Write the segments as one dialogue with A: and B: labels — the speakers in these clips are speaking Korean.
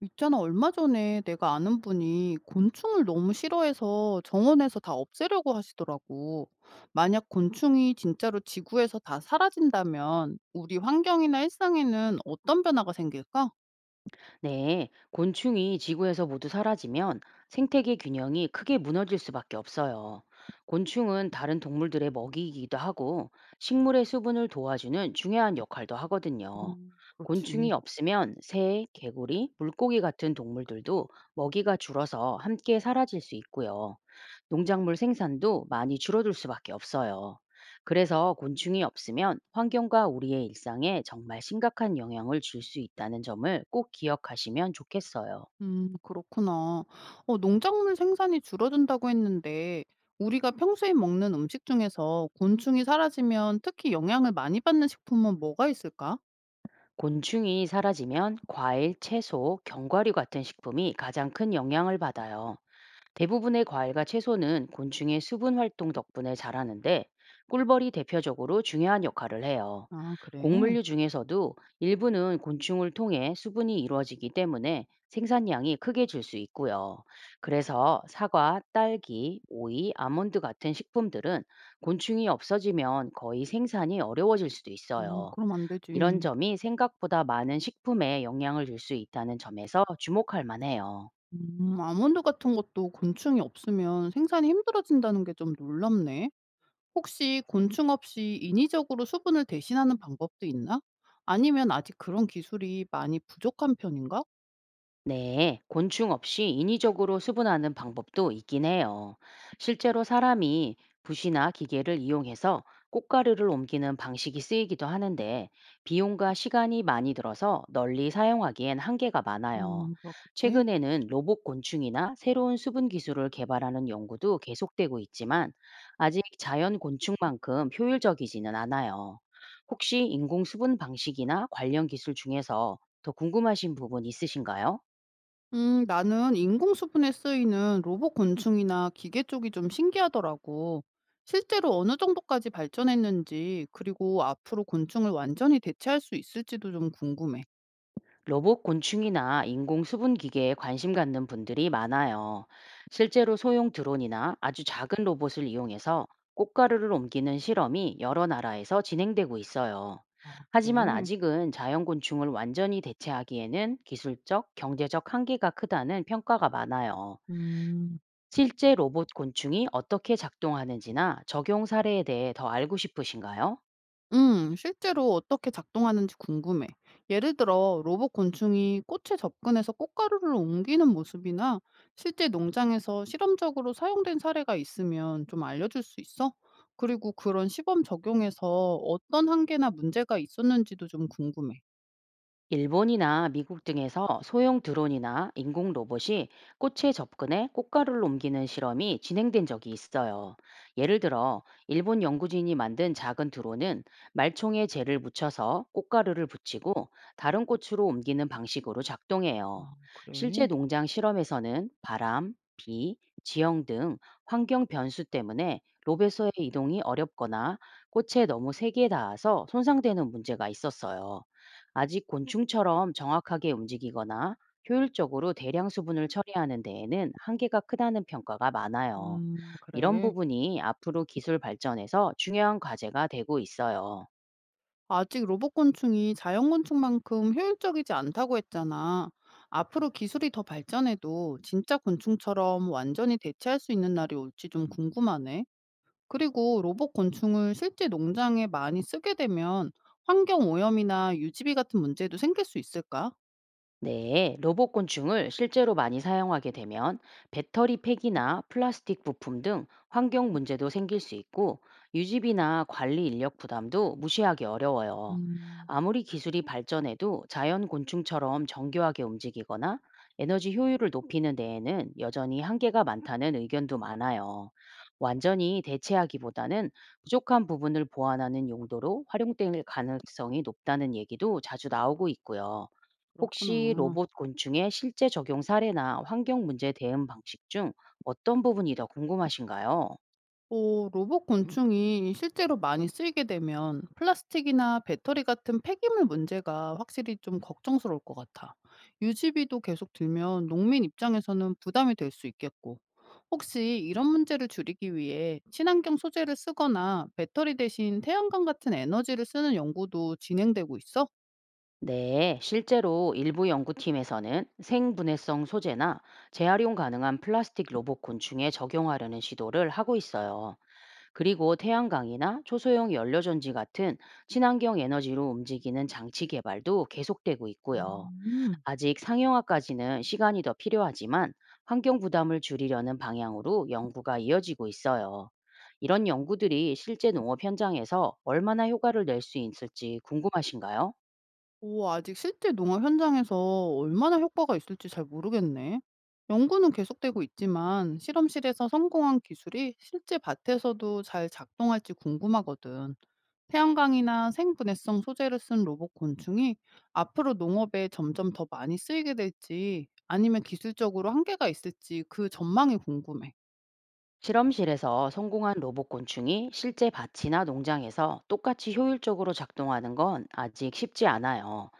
A: 있잖아, 얼마 전에 내가 아는 분이 곤충을 너무 싫어해서 정원에서 다 없애려고 하시더라고. 만약 곤충이 진짜로 지구에서 다 사라진다면 우리 환경이나 일상에는 어떤 변화가 생길까?
B: 네, 곤충이 지구에서 모두 사라지면 생태계 균형이 크게 무너질 수밖에 없어요. 곤충은 다른 동물들의 먹이이기도 하고, 식물의 수분을 도와주는 중요한 역할도 하거든요.
A: 그렇지.
B: 곤충이 없으면 새, 개구리, 물고기 같은 동물들도 먹이가 줄어서 함께 사라질 수 있고요. 농작물 생산도 많이 줄어들 수밖에 없어요. 그래서 곤충이 없으면 환경과 우리의 일상에 정말 심각한 영향을 줄 수 있다는 점을 꼭 기억하시면 좋겠어요.
A: 그렇구나. 농작물 생산이 줄어든다고 했는데 우리가 평소에 먹는 음식 중에서 곤충이 사라지면 특히 영향을 많이 받는 식품은 뭐가 있을까?
B: 곤충이 사라지면 과일, 채소, 견과류 같은 식품이 가장 큰 영향을 받아요. 대부분의 과일과 채소는 곤충의 수분 활동 덕분에 자라는데, 꿀벌이 대표적으로 중요한 역할을 해요.
A: 아, 그래.
B: 곡물류 중에서도 일부는 곤충을 통해 수분이 이루어지기 때문에 생산량이 크게 줄 수 있고요. 그래서 사과, 딸기, 오이, 아몬드 같은 식품들은 곤충이 없어지면 거의 생산이 어려워질 수도 있어요.
A: 그럼 안
B: 이런
A: 되지.
B: 점이 생각보다 많은 식품에 영향을 줄 수 있다는 점에서 주목할 만해요.
A: 아몬드 같은 것도 곤충이 없으면 생산이 힘들어진다는 게 좀 놀랍네. 혹시 곤충 없이 인위적으로 수분을 대신하는 방법도 있나? 아니면 아직 그런 기술이 많이 부족한 편인가?
B: 네, 곤충 없이 인위적으로 수분하는 방법도 있긴 해요. 실제로 사람이 붓이나 기계를 이용해서 꽃가루를 옮기는 방식이 쓰이기도 하는데, 비용과 시간이 많이 들어서 널리 사용하기엔 한계가 많아요.
A: 그렇겠지.
B: 최근에는 로봇 곤충이나 새로운 수분 기술을 개발하는 연구도 계속되고 있지만, 아직 자연 곤충만큼 효율적이지는 않아요. 혹시 인공 수분 방식이나 관련 기술 중에서 더 궁금하신 부분 있으신가요?
A: 나는 인공 수분에 쓰이는 로봇 곤충이나 기계 쪽이 좀 신기하더라고. 실제로 어느 정도까지 발전했는지, 그리고 앞으로 곤충을 완전히 대체할 수 있을지도 좀 궁금해.
B: 로봇 곤충이나 인공 수분 기계에 관심 갖는 분들이 많아요. 실제로 소형 드론이나 아주 작은 로봇을 이용해서 꽃가루를 옮기는 실험이 여러 나라에서 진행되고 있어요.
A: 아,
B: 하지만
A: 그래?
B: 아직은 자연 곤충을 완전히 대체하기에는 기술적, 경제적 한계가 크다는 평가가 많아요.
A: 음.
B: 실제 로봇 곤충이 어떻게 작동하는지나 적용 사례에 대해 더 알고 싶으신가요?
A: 실제로 어떻게 작동하는지 궁금해. 예를 들어, 로봇 곤충이 꽃에 접근해서 꽃가루를 옮기는 모습이나 실제 농장에서 실험적으로 사용된 사례가 있으면 좀 알려줄 수 있어? 그리고 그런 시범 적용에서 어떤 한계나 문제가 있었는지도 좀 궁금해.
B: 일본이나 미국 등에서 소형 드론이나 인공 로봇이 꽃에 접근해 꽃가루를 옮기는 실험이 진행된 적이 있어요. 예를 들어, 일본 연구진이 만든 작은 드론은 말총에 재를 묻혀서 꽃가루를 붙이고 다른 꽃으로 옮기는 방식으로 작동해요.
A: 아,
B: 실제
A: 그래?
B: 농장 실험에서는 바람, 비, 지형 등 환경 변수 때문에 로베소의 이동이 어렵거나 꽃에 너무 세게 닿아서 손상되는 문제가 있었어요. 아직 곤충처럼 정확하게 움직이거나 효율적으로 대량 수분을 처리하는 데에는 한계가 크다는 평가가 많아요. 이런
A: 그래.
B: 부분이 앞으로 기술 발전에서 중요한 과제가 되고 있어요.
A: 아직 로봇곤충이 자연곤충만큼 효율적이지 않다고 했잖아. 앞으로 기술이 더 발전해도 진짜 곤충처럼 완전히 대체할 수 있는 날이 올지 좀 궁금하네. 그리고 로봇곤충을 실제 농장에 많이 쓰게 되면 환경 오염이나 유지비 같은 문제도 생길 수 있을까?
B: 네, 로봇 곤충을 실제로 많이 사용하게 되면 배터리 팩이나 플라스틱 부품 등 환경 문제도 생길 수 있고, 유지비나 관리 인력 부담도 무시하기 어려워요.
A: 음,
B: 아무리 기술이 발전해도 자연 곤충처럼 정교하게 움직이거나 에너지 효율을 높이는 데에는 여전히 한계가 많다는 의견도 많아요. 완전히 대체하기보다는 부족한 부분을 보완하는 용도로 활용될 가능성이 높다는 얘기도 자주 나오고 있고요. 혹시
A: 그렇구나.
B: 로봇 곤충의 실제 적용 사례나 환경 문제 대응 방식 중 어떤 부분이 더 궁금하신가요?
A: 오, 로봇 곤충이 실제로 많이 쓰이게 되면 플라스틱이나 배터리 같은 폐기물 문제가 확실히 좀 걱정스러울 것 같아. 유지비도 계속 들면 농민 입장에서는 부담이 될 수 있겠고. 혹시 이런 문제를 줄이기 위해 친환경 소재를 쓰거나 배터리 대신 태양광 같은 에너지를 쓰는 연구도 진행되고 있어?
B: 네, 실제로 일부 연구팀에서는 생분해성 소재나 재활용 가능한 플라스틱 로봇 곤충에 적용하려는 시도를 하고 있어요. 그리고 태양광이나 초소형 연료전지 같은 친환경 에너지로 움직이는 장치 개발도 계속되고 있고요.
A: 음.
B: 아직 상용화까지는 시간이 더 필요하지만, 환경 부담을 줄이려는 방향으로 연구가 이어지고 있어요. 이런 연구들이 실제 농업 현장에서 얼마나 효과를 낼 수 있을지 궁금하신가요?
A: 오, 아직 실제 농업 현장에서 얼마나 효과가 있을지 잘 모르겠네. 연구는 계속되고 있지만 실험실에서 성공한 기술이 실제 밭에서도 잘 작동할지 궁금하거든. 태양광이나 생분해성 소재를 쓴 로봇 곤충이 앞으로 농업에 점점 더 많이 쓰이게 될지 아니면 기술적으로 한계가 있을지 그 전망이 궁금해.
B: 실험실에서 성공한 로봇 곤충이 실제 밭이나 농장에서 똑같이 효율적으로 작동하는 건 아직 쉽지 않아요.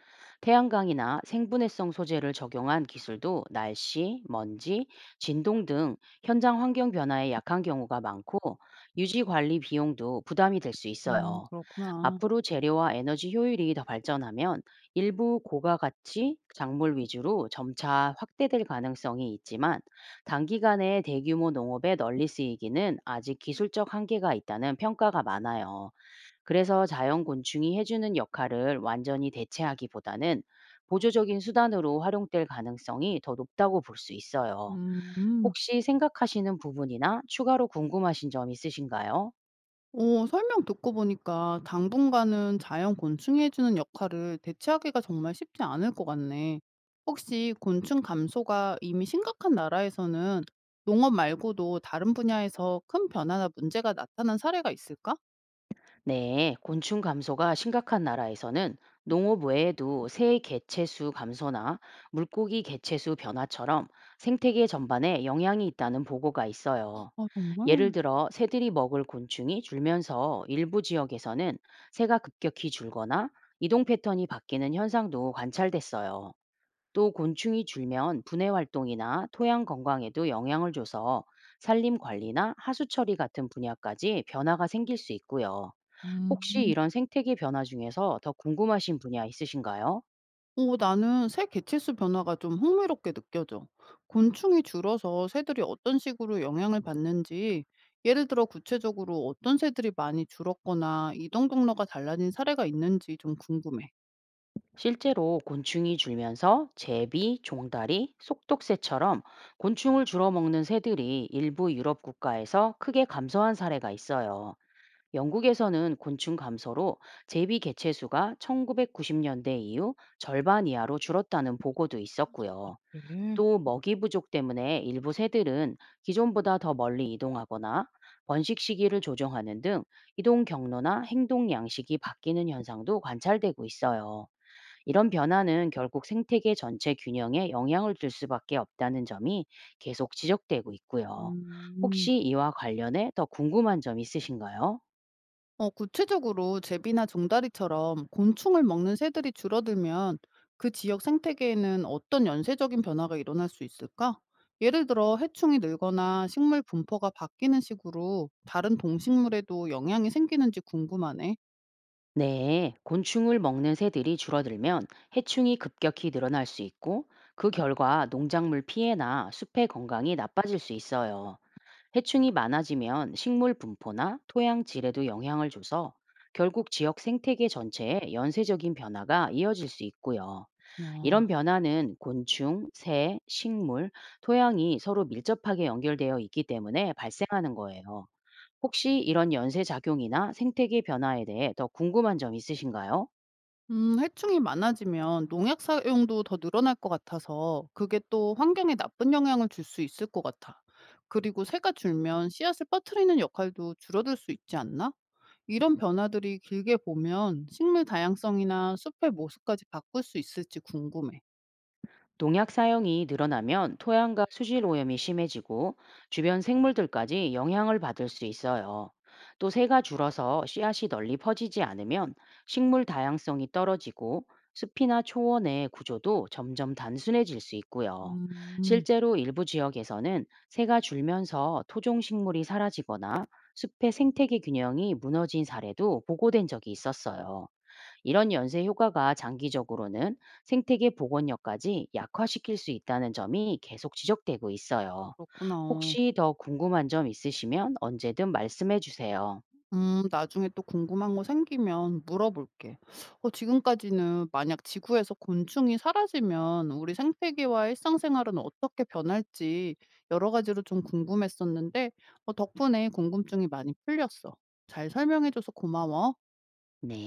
B: 태양광이나 생분해성 소재를 적용한 기술도 날씨, 먼지, 진동 등 현장 환경 변화에 약한 경우가 많고, 유지 관리 비용도 부담이 될 수 있어요.
A: 그렇구나.
B: 앞으로 재료와 에너지 효율이 더 발전하면 일부 고가 가치 작물 위주로 점차 확대될 가능성이 있지만, 단기간에 대규모 농업에 널리 쓰이기는 아직 기술적 한계가 있다는 평가가 많아요. 그래서 자연곤충이 해주는 역할을 완전히 대체하기보다는 보조적인 수단으로 활용될 가능성이 더 높다고 볼 수 있어요.
A: 음.
B: 혹시 생각하시는 부분이나 추가로 궁금하신 점 있으신가요?
A: 어 설명 듣고 보니까 당분간은 자연 곤충이 해주는 역할을 대체하기가 정말 쉽지 않을 것 같네. 혹시 곤충 감소가 이미 심각한 나라에서는 농업 말고도 다른 분야에서 큰 변화나 문제가 나타난 사례가 있을까?
B: 네, 곤충 감소가 심각한 나라에서는 농업 외에도 새 개체수 감소나 물고기 개체수 변화처럼 생태계 전반에 영향이 있다는 보고가 있어요.
A: 아,
B: 예를
A: 정말?
B: 들어, 새들이 먹을 곤충이 줄면서 일부 지역에서는 새가 급격히 줄거나 이동 패턴이 바뀌는 현상도 관찰됐어요. 또 곤충이 줄면 분해 활동이나 토양 건강에도 영향을 줘서 산림 관리나 하수 처리 같은 분야까지 변화가 생길 수 있고요.
A: 음.
B: 혹시 이런 생태계 변화 중에서 더 궁금하신 분야 있으신가요?
A: 어 나는 새 개체수 변화가 좀 흥미롭게 느껴져. 곤충이 줄어서 새들이 어떤 식으로 영향을 받는지, 예를 들어 구체적으로 어떤 새들이 많이 줄었거나 이동 경로가 달라진 사례가 있는지 좀 궁금해.
B: 실제로 곤충이 줄면서 제비, 종다리, 속독새처럼 곤충을 줄어먹는 새들이 일부 유럽 국가에서 크게 감소한 사례가 있어요. 영국에서는 곤충 감소로 제비 개체수가 1990년대 이후 절반 이하로 줄었다는 보고도 있었고요.
A: 그래.
B: 또 먹이 부족 때문에 일부 새들은 기존보다 더 멀리 이동하거나 번식 시기를 조정하는 등 이동 경로나 행동 양식이 바뀌는 현상도 관찰되고 있어요. 이런 변화는 결국 생태계 전체 균형에 영향을 줄 수밖에 없다는 점이 계속 지적되고 있고요.
A: 음.
B: 혹시 이와 관련해 더 궁금한 점 있으신가요?
A: 구체적으로 제비나 종다리처럼 곤충을 먹는 새들이 줄어들면 그 지역 생태계에는 어떤 연쇄적인 변화가 일어날 수 있을까? 예를 들어 해충이 늘거나 식물 분포가 바뀌는 식으로 다른 동식물에도 영향이 생기는지 궁금하네.
B: 네, 곤충을 먹는 새들이 줄어들면 해충이 급격히 늘어날 수 있고, 그 결과 농작물 피해나 숲의 건강이 나빠질 수 있어요. 해충이 많아지면 식물 분포나 토양 질에도 영향을 줘서 결국 지역 생태계 전체에 연쇄적인 변화가 이어질 수 있고요. 이런
A: 아.
B: 변화는 곤충, 새, 식물, 토양이 서로 밀접하게 연결되어 있기 때문에 발생하는 거예요. 혹시 이런 연쇄 작용이나 생태계 변화에 대해 더 궁금한 점 있으신가요?
A: 해충이 많아지면 농약 사용도 더 늘어날 것 같아서 그게 또 환경에 나쁜 영향을 줄 수 있을 것 같아. 그리고 새가 줄면 씨앗을 퍼뜨리는 역할도 줄어들 수 있지 않나? 이런 변화들이 길게 보면 식물 다양성이나 숲의 모습까지 바꿀 수 있을지 궁금해.
B: 농약 사용이 늘어나면 토양과 수질 오염이 심해지고 주변 생물들까지 영향을 받을 수 있어요. 또 새가 줄어서 씨앗이 널리 퍼지지 않으면 식물 다양성이 떨어지고, 숲이나 초원의 구조도 점점 단순해질 수 있고요.
A: 음,
B: 실제로 일부 지역에서는 새가 줄면서 토종 식물이 사라지거나 숲의 생태계 균형이 무너진 사례도 보고된 적이 있었어요. 이런 연쇄 효과가 장기적으로는 생태계 복원력까지 약화시킬 수 있다는 점이 계속 지적되고 있어요.
A: 그렇구나.
B: 혹시 더 궁금한 점 있으시면 언제든 말씀해 주세요.
A: 나중에 또 궁금한 거 생기면 물어볼게. 지금까지는 만약 지구에서 곤충이 사라지면 우리 생태계와 일상생활은 어떻게 변할지 여러 가지로 좀 궁금했었는데, 덕분에 궁금증이 많이 풀렸어. 잘 설명해줘서 고마워.
B: 네.